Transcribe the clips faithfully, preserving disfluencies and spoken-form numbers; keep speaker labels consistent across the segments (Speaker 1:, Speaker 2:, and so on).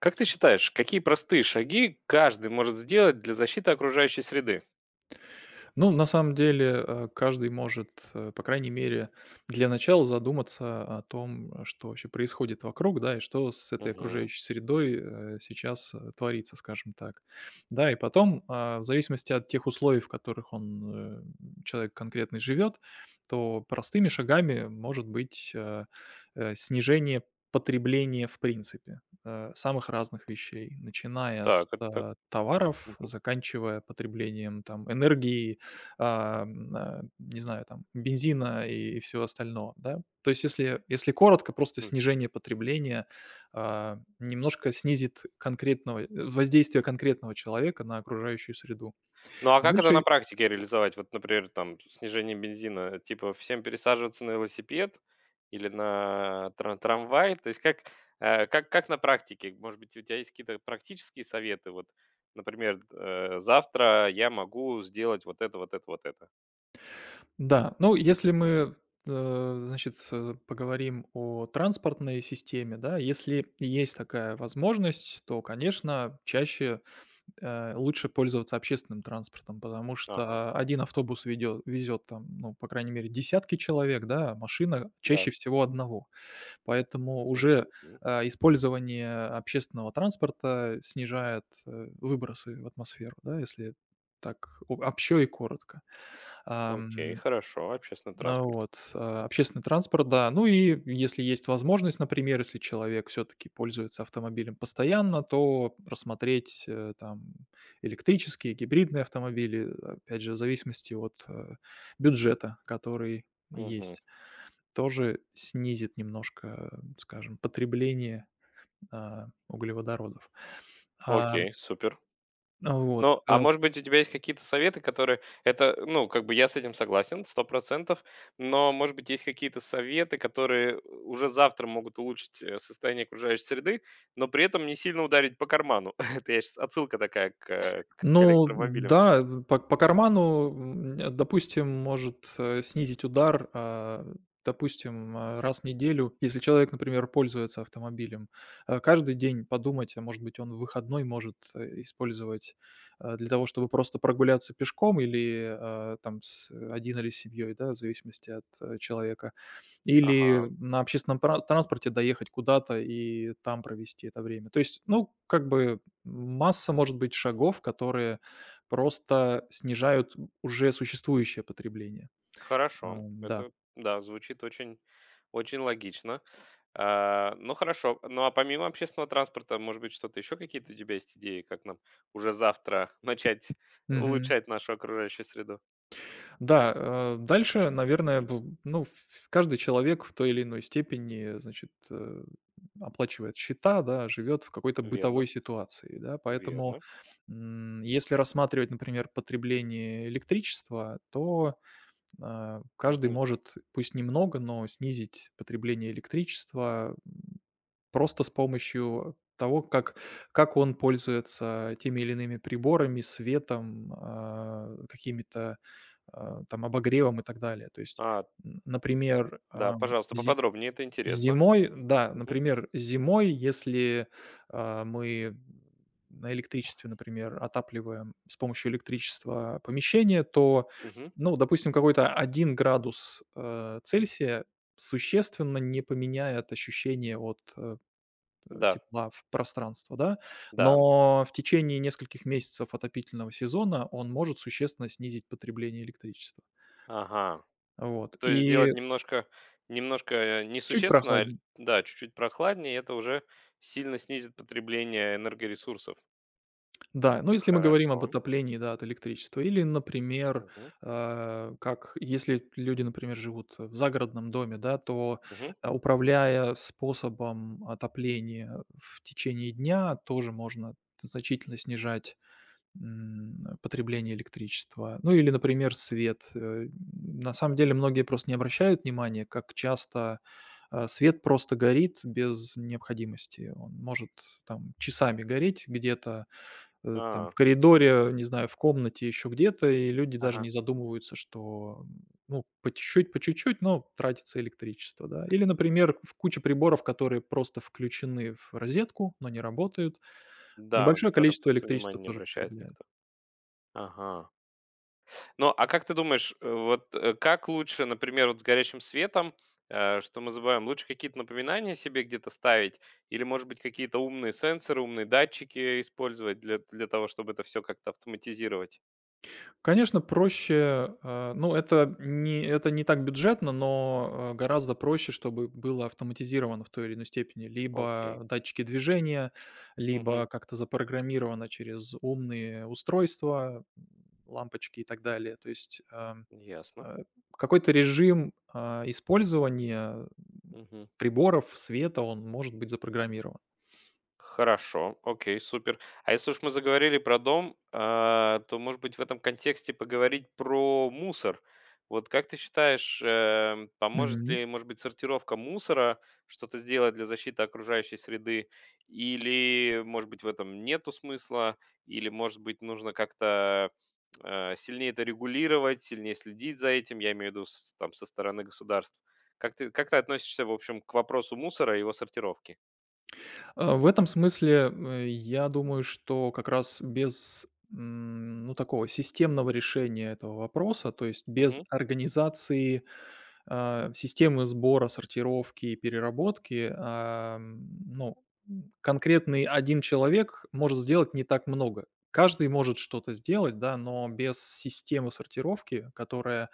Speaker 1: Как ты считаешь, какие простые шаги каждый может сделать для защиты окружающей среды?
Speaker 2: Ну, на самом деле, э, каждый может, э, по крайней мере, для начала задуматься о том, э, что вообще происходит вокруг, да, и что с этой
Speaker 1: Мгм.
Speaker 2: окружающей средой э, сейчас э, творится, скажем так. Да, и потом, а, в зависимости от тех условий, в которых он, э, человек конкретный живет, то простыми шагами может быть э, э, снижение потребления в принципе э, самых разных вещей, начиная с
Speaker 1: Так, это...
Speaker 2: э, товаров,
Speaker 1: мгм,
Speaker 2: заканчивая потреблением там энергии, а, м, э, не знаю, там, бензина и и всего остального, да. То есть если если коротко, просто
Speaker 1: м.
Speaker 2: снижение потребления, а, немножко снизит конкретного э, воздействие конкретного человека на окружающую среду. А
Speaker 1: Ну а как это
Speaker 2: Дальше
Speaker 1: на практике реализовать? Вот, например, там снижение бензина, типа всем пересаживаться на велосипед или на трам- трамвай. То есть как, э, как, как на практике? Может быть, у тебя есть какие-то практические советы? Вот, например, э, завтра я могу сделать вот это, вот это, вот это.
Speaker 2: Да, ну, если
Speaker 1: Мгм.
Speaker 2: мы, э, значит, э, поговорим о транспортной системе, да, если есть такая возможность, то, конечно, чаще э, лучше пользоваться общественным транспортом, потому
Speaker 1: Ага,
Speaker 2: что один автобус ведё везет там, ну, по крайней мере, десятки человек, да, а машина чаще
Speaker 1: да.
Speaker 2: всего одного. Поэтому уже,
Speaker 1: Мгм.
Speaker 2: а, использование общественного транспорта снижает, э, выбросы в атмосферу, да, если так о общо и коротко.
Speaker 1: Окей,
Speaker 2: Ам,
Speaker 1: хорошо. Общественный
Speaker 2: а,
Speaker 1: транспорт.
Speaker 2: вот, а, общественный транспорт, да. Ну и если есть возможность, например, если человек все таки пользуется автомобилем постоянно, то рассмотреть, э, там электрические, гибридные автомобили, опять же, в зависимости от, э, бюджета, который есть. Тоже снизит немножко, э, скажем, потребление, а, углеводородов. А,
Speaker 1: Окей, супер.
Speaker 2: вот,
Speaker 1: Ну, а
Speaker 2: э
Speaker 1: может быть, у тебя есть какие-то советы, которые это, ну, как бы я с этим согласен, сто процентов. Но, может быть, есть какие-то советы, которые уже завтра могут улучшить, э, состояние окружающей среды, но при этом не сильно ударить по карману. Это я сейчас отсылка такая к, э, к
Speaker 2: ну
Speaker 1: электромобилям.
Speaker 2: да, по по карману, м, допустим, может, э, снизить удар, а, допустим, а, раз в неделю. Если человек, например, пользуется автомобилем, а, каждый день подумать, а может быть, он в выходной может, э, использовать, а, для того, чтобы просто прогуляться пешком или, а, там с один или с семьей, да, в зависимости от, э, человека. Или
Speaker 1: Ага.
Speaker 2: на общественном тра транспорте доехать куда-то и там провести это время. То есть, ну, как бы масса, может быть, шагов, которые просто снижают уже существующее потребление. А,
Speaker 1: Хорошо.
Speaker 2: да.
Speaker 1: Это, да, звучит очень, очень логично. А, ну хорошо. Ну а помимо общественного транспорта, может быть, что-то еще какие-то у тебя есть идеи, как нам уже завтра начать
Speaker 2: Мгм.
Speaker 1: улучшать нашу окружающую среду?
Speaker 2: Да, э, дальше, наверное,
Speaker 1: Мгм.
Speaker 2: б ну, ф каждый человек в той или иной степени, значит, э, оплачивает счета, да, живет в какой-то бытовой
Speaker 1: Верно,
Speaker 2: ситуации, да. Поэтому,
Speaker 1: верно.
Speaker 2: м, если рассматривать, например, потребление электричества, то, а, каждый
Speaker 1: Мгм.
Speaker 2: может, пусть немного, но снизить потребление электричества. Просто с помощью того, как как он пользуется теми или иными приборами, светом, а, какими-то, а, там, обогревом и так далее. То есть,
Speaker 1: А,
Speaker 2: н например,
Speaker 1: да,
Speaker 2: ам,
Speaker 1: пожалуйста,
Speaker 2: зи
Speaker 1: поподробнее, это интересно.
Speaker 2: зимой, да,
Speaker 1: Мгм,
Speaker 2: например, зимой, если, а, мы на электричестве, например, отапливаем с помощью электричества помещение, то,
Speaker 1: мгм.
Speaker 2: ну, допустим, какой-то один градус, э, Цельсия существенно не поменяет ощущение от, э, э,
Speaker 1: Да,
Speaker 2: тепла в пространство, да,
Speaker 1: да.
Speaker 2: но в течение нескольких месяцев отопительного сезона он может существенно снизить потребление электричества.
Speaker 1: Ага.
Speaker 2: Вот.
Speaker 1: То есть
Speaker 2: И
Speaker 1: сделать немножко, немножко э,
Speaker 2: чуть
Speaker 1: несущественно, а л-
Speaker 2: прохладнее.
Speaker 1: да, чуть-чуть прохладнее, это уже сильно снизит потребление энергоресурсов.
Speaker 2: Да, но если мы говорим об
Speaker 1: Хорошо.
Speaker 2: отоплении, да, от электричества, или, например,
Speaker 1: Мгм.
Speaker 2: э, как если люди, например, живут в загородном доме, да, то,
Speaker 1: Мгм.
Speaker 2: э, управляя способом отопления в течение дня, тоже можно значительно снижать М, потребление электричества. Ну или, например, свет. Э, на самом деле многие просто не обращают внимания, как часто, а, свет просто горит без необходимости. Он может там часами гореть где-то, э, там в
Speaker 1: А,
Speaker 2: коридоре, не знаю, в комнате, еще где-то, и люди даже
Speaker 1: ага.
Speaker 2: не задумываются, что, ну, по чуть-чуть, по чуть-чуть, но тратится электричество, да. Или, например, в куче приборов, которые просто включены в розетку, но не работают.
Speaker 1: Да, на
Speaker 2: Небольшое
Speaker 1: которые
Speaker 2: количество
Speaker 1: просто
Speaker 2: электричества
Speaker 1: внимания не
Speaker 2: тоже
Speaker 1: обращает
Speaker 2: потребляют.
Speaker 1: никто. Ага. Ну, а как ты думаешь, э, вот, э, как лучше, например, вот с горящим светом, э, что мы забываем, лучше какие-то напоминания себе где-то ставить или, может быть, какие-то умные сенсоры, умные датчики использовать для, для того, чтобы это все как-то автоматизировать?
Speaker 2: Конечно, проще, э, ну, это не это не так бюджетно, но, э, гораздо проще, чтобы было автоматизировано в той или иной степени.
Speaker 1: Окей.
Speaker 2: Либо датчики движения,
Speaker 1: Мгм.
Speaker 2: либо как-то запрограммировано через умные устройства, лампочки и так далее. То есть, эм,
Speaker 1: Ясно.
Speaker 2: э, какой-то режим, а, использования,
Speaker 1: Мгм.
Speaker 2: приборов, света, он может быть запрограммирован.
Speaker 1: Хорошо, окей, супер. А если уж мы заговорили про дом, а, то, может быть, в этом контексте поговорить про мусор. Вот как ты считаешь, э, поможет ли, может быть, сортировка мусора что-то сделать для защиты окружающей среды? Или, может быть, в этом нету смысла? Или, может быть, нужно как-то э, сильнее это регулировать, сильнее следить за этим? Я имею в виду с- там со стороны государств. Как ты, как ты относишься, в общем, к вопросу мусора и его сортировки?
Speaker 2: Э, в этом смысле, э, я думаю, что как раз без, м, ну, такого системного решения этого вопроса, то есть без организации, а, системы сбора, сортировки и переработки, ам, ну, конкретный один человек может сделать не так много. Каждый может что-то сделать, да, но без системы сортировки, которая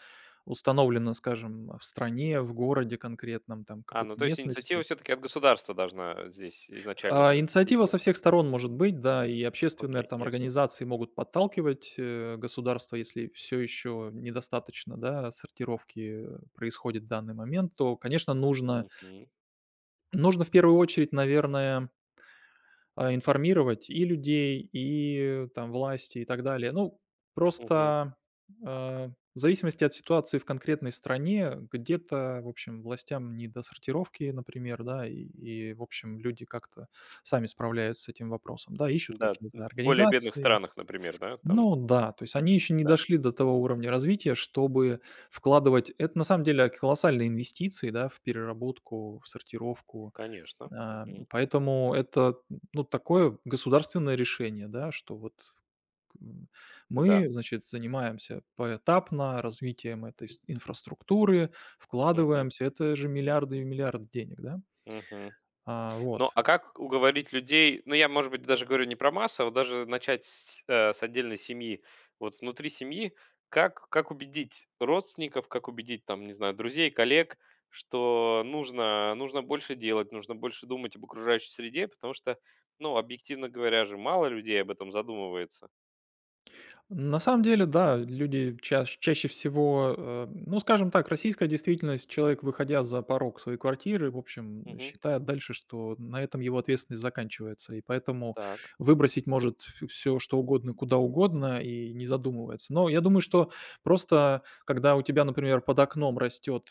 Speaker 2: установлена, скажем, в стране, в городе конкретном, там,
Speaker 1: А,
Speaker 2: какой-то
Speaker 1: ну то есть инициатива
Speaker 2: местности,
Speaker 1: все-таки от государства должна здесь изначально
Speaker 2: а,
Speaker 1: пр-
Speaker 2: инициатива
Speaker 1: идти.
Speaker 2: со всех сторон может быть, да, и общественные
Speaker 1: Окей,
Speaker 2: там
Speaker 1: ясно.
Speaker 2: организации могут подталкивать, э, государство, если все еще недостаточно, да, сортировки э, происходит в данный момент, то, конечно, нужно
Speaker 1: Мгм.
Speaker 2: нужно в первую очередь, наверное, а, информировать и людей, и там власти, и так далее. Ну,
Speaker 1: Мгм.
Speaker 2: просто, а, в зависимости от ситуации в конкретной стране где-то, в общем, властям не до сортировки, например, да, и, и, в общем, люди как-то сами справляются с этим вопросом, да, ищут
Speaker 1: Да,
Speaker 2: какие-то
Speaker 1: в более бедных
Speaker 2: организации.
Speaker 1: странах, например, да, там,
Speaker 2: Ну да, то есть они еще не
Speaker 1: да.
Speaker 2: дошли до того
Speaker 1: Мгм.
Speaker 2: уровня развития, чтобы вкладывать это на самом деле колоссальные инвестиции, да, в переработку, в сортировку.
Speaker 1: Конечно.
Speaker 2: А,
Speaker 1: Мгм.
Speaker 2: поэтому это, ну, такое государственное решение, да, что вот м,
Speaker 1: Да.
Speaker 2: мы, значит, занимаемся поэтапно развитием этой с инфраструктуры,
Speaker 1: Мгм.
Speaker 2: вкладываемся. Это же миллиарды и миллиарды денег, да.
Speaker 1: Мгм.
Speaker 2: А,
Speaker 1: Ну,
Speaker 2: вот.
Speaker 1: а как уговорить людей? Ну, я, может быть, даже говорю не про массово, даже начать с, э, с отдельной семьи. Вот внутри семьи как, как убедить родственников, как убедить, там, не знаю, друзей, коллег, что нужно, нужно больше делать, нужно больше думать об окружающей среде, потому что, ну, объективно говоря же, мало людей об этом задумывается.
Speaker 2: На самом деле, да, люди чаш- чаще всего, э, ну, скажем так, российская действительность, человек, выходя за порог своей квартиры, в общем,
Speaker 1: Мгм.
Speaker 2: считает дальше, что на этом его ответственность заканчивается, и поэтому
Speaker 1: Так.
Speaker 2: выбросить может все, что угодно, куда угодно, и не задумывается. Но я думаю, что просто, когда у тебя, например, под окном растет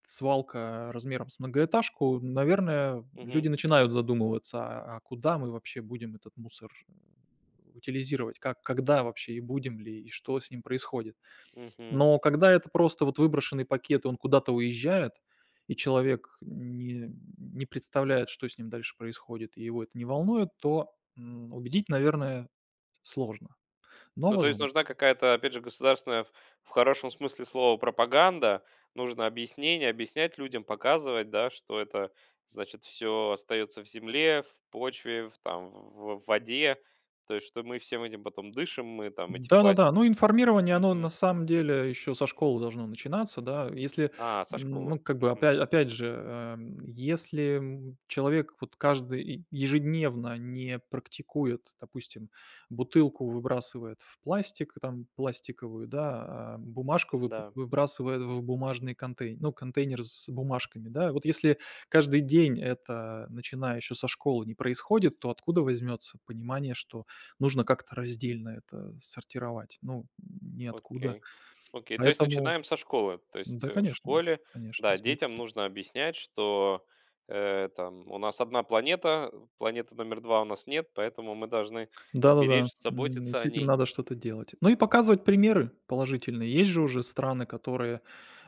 Speaker 2: свалка размером с многоэтажку, наверное,
Speaker 1: Мгм.
Speaker 2: люди начинают задумываться, а а куда мы вообще будем этот мусор э, утилизировать, как, когда вообще и будем ли, и что с ним происходит.
Speaker 1: Мгм.
Speaker 2: Но когда это просто вот выброшенный пакет, и он куда-то уезжает, и человек не, не представляет, что с ним дальше происходит, и его это не волнует, то м, убедить, наверное, сложно, но
Speaker 1: Ну, то есть
Speaker 2: возможно.
Speaker 1: нужна какая-то, опять же, государственная, в в хорошем смысле слова, пропаганда. Нужно объяснение, объяснять людям, показывать, да, что это, значит, все остается в земле, в почве, в, там, в, в воде. То есть, что мы всем этим потом дышим, мы там эти
Speaker 2: Да-да-да,
Speaker 1: пластики.
Speaker 2: ну, информирование, оно на самом деле еще со школы должно начинаться, да. Если,
Speaker 1: А, со
Speaker 2: м,
Speaker 1: школы.
Speaker 2: ну, как бы
Speaker 1: Мгм.
Speaker 2: опять опять же, эм, если, м, человек вот каждый и ежедневно не практикует, допустим, бутылку выбрасывает в пластик, там, пластиковую, да, а бумажку вып
Speaker 1: Да.
Speaker 2: выбрасывает в бумажный контейн ну, контейнер с бумажками, да. Вот если каждый день это, начиная еще со школы, не происходит, то откуда возьмется понимание, что нужно как-то раздельно это сортировать. Ну, ниоткуда.
Speaker 1: Окей. Окей, то есть
Speaker 2: Поэтому
Speaker 1: начинаем со школы. То есть,
Speaker 2: да,
Speaker 1: э, в
Speaker 2: конечно,
Speaker 1: школе,
Speaker 2: конечно,
Speaker 1: да,
Speaker 2: с
Speaker 1: детям
Speaker 2: детства.
Speaker 1: нужно объяснять, что, э, там, у нас одна планета, планеты номер два у нас нет, поэтому мы должны
Speaker 2: Да-да-да,
Speaker 1: беречь,
Speaker 2: м, и
Speaker 1: заботиться
Speaker 2: с
Speaker 1: о
Speaker 2: этим
Speaker 1: ней.
Speaker 2: надо что-то делать. Ну и показывать примеры положительные. Есть же уже страны, которые,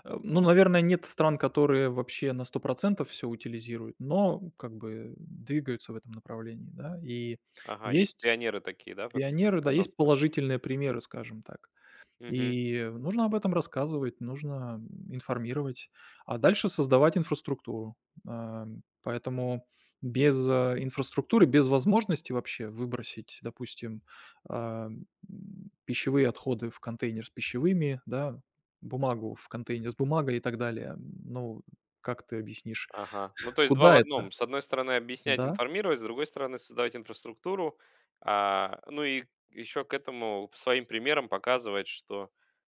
Speaker 2: э, ну, наверное, нет стран, которые вообще на сто процентов все утилизируют, но как бы двигаются в этом направлении, да. И
Speaker 1: Ага, есть
Speaker 2: есть
Speaker 1: пионеры такие, да, в этом
Speaker 2: пионеры,
Speaker 1: в
Speaker 2: да,
Speaker 1: этом
Speaker 2: есть
Speaker 1: смысле?
Speaker 2: положительные примеры, скажем так.
Speaker 1: Мгм.
Speaker 2: И нужно об этом рассказывать, нужно информировать, а дальше создавать инфраструктуру. Ам, поэтому без, э, инфраструктуры, без возможности вообще выбросить, допустим, а, м, пищевые отходы в контейнер с пищевыми, да, бумагу в контейнер с бумагой и так далее. Ну, как ты объяснишь,
Speaker 1: Ага. Ну, то есть два в
Speaker 2: куда это?
Speaker 1: одном. С одной стороны, объяснять,
Speaker 2: Да.
Speaker 1: информировать, с другой стороны, создавать инфраструктуру. А, ну и еще к этому своим примером показывать, что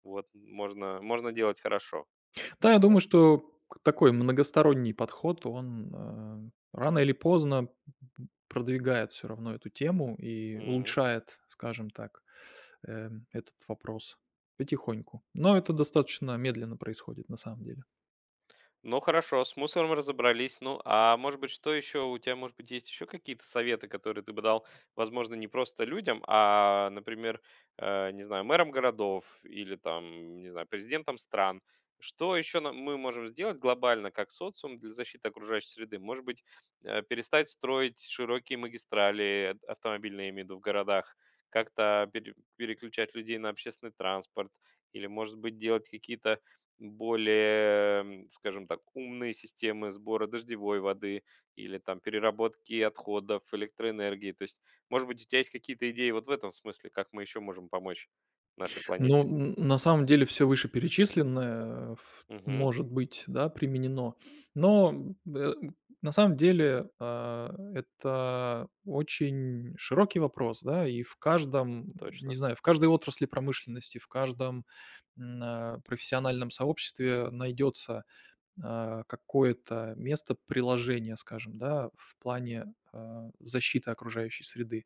Speaker 1: вот можно можно делать хорошо.
Speaker 2: Да, я думаю,
Speaker 1: Правильно?
Speaker 2: что такой многосторонний подход, он, э, рано или поздно продвигает все равно эту тему и улучшает, скажем так, эм, этот вопрос потихоньку. Но это достаточно медленно происходит на самом деле.
Speaker 1: Ну хорошо, с мусором разобрались. Ну, а может быть, что еще у тебя, может быть, есть еще какие-то советы, которые ты бы дал, возможно, не просто людям, а, например, э, не знаю, мэрам городов или там, не знаю, президентам стран. Что еще нам- мы можем сделать глобально как социум для защиты окружающей среды? Может быть, э, перестать строить широкие магистрали э, автомобильные, я имею в виду, в городах, как-то пере- переключать людей на общественный транспорт, или, может быть, делать какие-то более, скажем так, умные системы сбора дождевой воды или там переработки отходов, электроэнергии. То есть, может быть, у тебя есть какие-то идеи вот в этом смысле, как мы еще можем помочь нашей
Speaker 2: Ну,
Speaker 1: планете?
Speaker 2: н на самом деле все вышеперечисленное э, ф
Speaker 1: Мгм.
Speaker 2: может быть, да, применено. Но, э, на самом деле, а, это очень широкий вопрос, да, и в каждом, не
Speaker 1: Точно.
Speaker 2: знаю, в каждой отрасли промышленности, в каждом, м, а, профессиональном сообществе найдется, а, какое-то место приложения, скажем, да, в плане, а, защиты окружающей среды.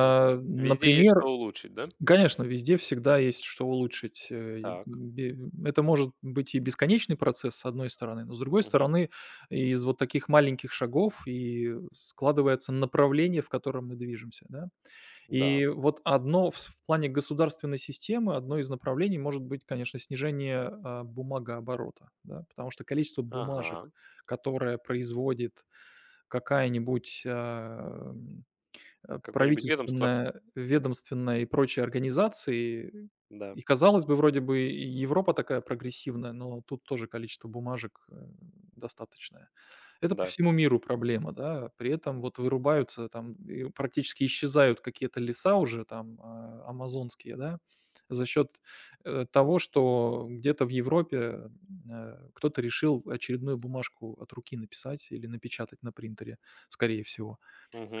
Speaker 1: Мгм. Везде есть что
Speaker 2: например
Speaker 1: улучшить, да?
Speaker 2: Конечно, везде всегда есть что улучшить. Э, и
Speaker 1: Так.
Speaker 2: бе это может быть и бесконечный процесс, с одной стороны, но с другой
Speaker 1: Мгм.
Speaker 2: стороны, из вот таких маленьких шагов и складывается направление, в котором мы движемся, да.
Speaker 1: Да.
Speaker 2: И вот одно в с в плане государственной системы, одно из направлений может быть, конечно, снижение, а, бумагооборота, да, потому что количество
Speaker 1: Ага.
Speaker 2: бумажек, которое производит какая-нибудь, а, э,
Speaker 1: Какое-нибудь ведомство?
Speaker 2: правительственная, ведомственная и прочие организации.
Speaker 1: Да.
Speaker 2: И, казалось бы, вроде бы и Европа такая прогрессивная, но тут тоже количество бумажек, э, достаточное. Это по
Speaker 1: Да.
Speaker 2: всему миру проблема, да. При этом вот вырубаются там и практически исчезают какие-то леса уже там, а, амазонские, да, за счет, э, того, что где-то в Европе, э, кто-то решил очередную бумажку от руки написать или напечатать на принтере, скорее всего,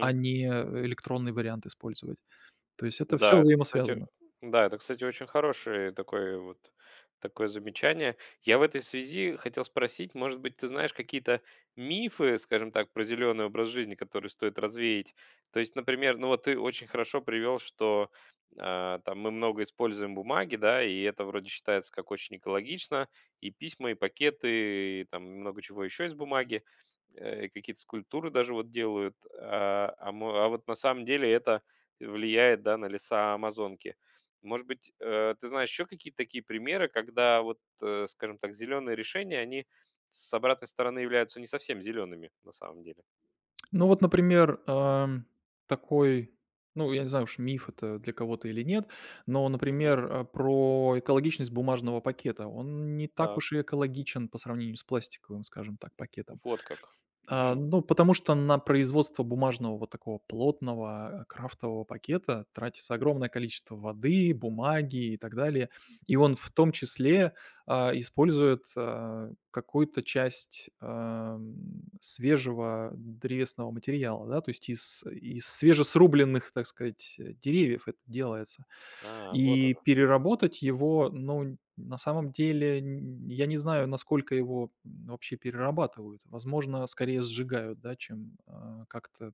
Speaker 2: а не э, электронный вариант использовать. То есть это все
Speaker 1: Да, это, кстати,
Speaker 2: взаимосвязано.
Speaker 1: да, это, кстати, очень хорошее такое вот такое замечание. Я в этой связи хотел спросить, может быть, ты знаешь какие-то мифы, скажем так, про зеленый образ жизни, которые стоит развеять? То есть, например, ну вот ты очень хорошо привел, что а, там мы много используем бумаги, да, и это вроде считается как очень экологично, и письма, и пакеты, и там много чего еще из бумаги э, какие-то скульптуры даже вот делают, а, а мо- а вот на самом деле это влияет, да, на леса Амазонки. Может быть, э, ты знаешь еще какие-то такие примеры, когда вот, э, скажем так, зеленые решения, они с обратной стороны являются не совсем зелеными на самом деле.
Speaker 2: Ну вот, например, ам, такой, ну, я не знаю уж, миф это для кого-то или нет, но,
Speaker 1: Мгм.
Speaker 2: например, э, про экологичность бумажного пакета. Он не так
Speaker 1: Так,
Speaker 2: уж и экологичен по сравнению с пластиковым, скажем так, пакетом.
Speaker 1: вот как.
Speaker 2: А,
Speaker 1: Мгм.
Speaker 2: ну, потому что на производство бумажного вот такого плотного, э, крафтового пакета тратится огромное количество воды, бумаги и так далее. И он в том числе, а, использует, а, какую-то часть, ам, свежего древесного материала, да, то есть из из свежесрубленных, так сказать, э, деревьев это делается.
Speaker 1: А, вот
Speaker 2: И переработать его, ну, на самом деле, н я не знаю, насколько его, м, вообще перерабатывают. Возможно, скорее сжигают, да, чем, а, как-то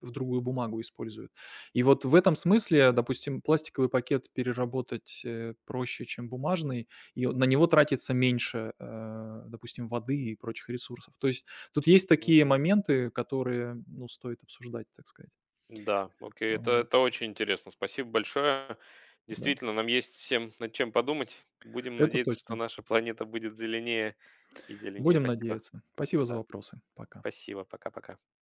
Speaker 2: в другую бумагу используют. И вот в этом смысле, допустим, пластиковый пакет переработать, э, проще, чем бумажный, и он на него тратится меньше, э, допустим, воды и прочих ресурсов. То есть тут есть такие
Speaker 1: оно.
Speaker 2: моменты, которые, ну, стоит обсуждать, так сказать.
Speaker 1: Да, окей,
Speaker 2: А,
Speaker 1: это,
Speaker 2: вот,
Speaker 1: это очень интересно. Спасибо большое.
Speaker 2: да,
Speaker 1: Действительно, нам есть всем над чем подумать. Будем
Speaker 2: это
Speaker 1: надеяться, что
Speaker 2: точно.
Speaker 1: наша планета будет зеленее и зеленее.
Speaker 2: Будем
Speaker 1: Спасибо.
Speaker 2: надеяться. Спасибо за
Speaker 1: Да,
Speaker 2: вопросы. Пока.
Speaker 1: спасибо. Пока-пока.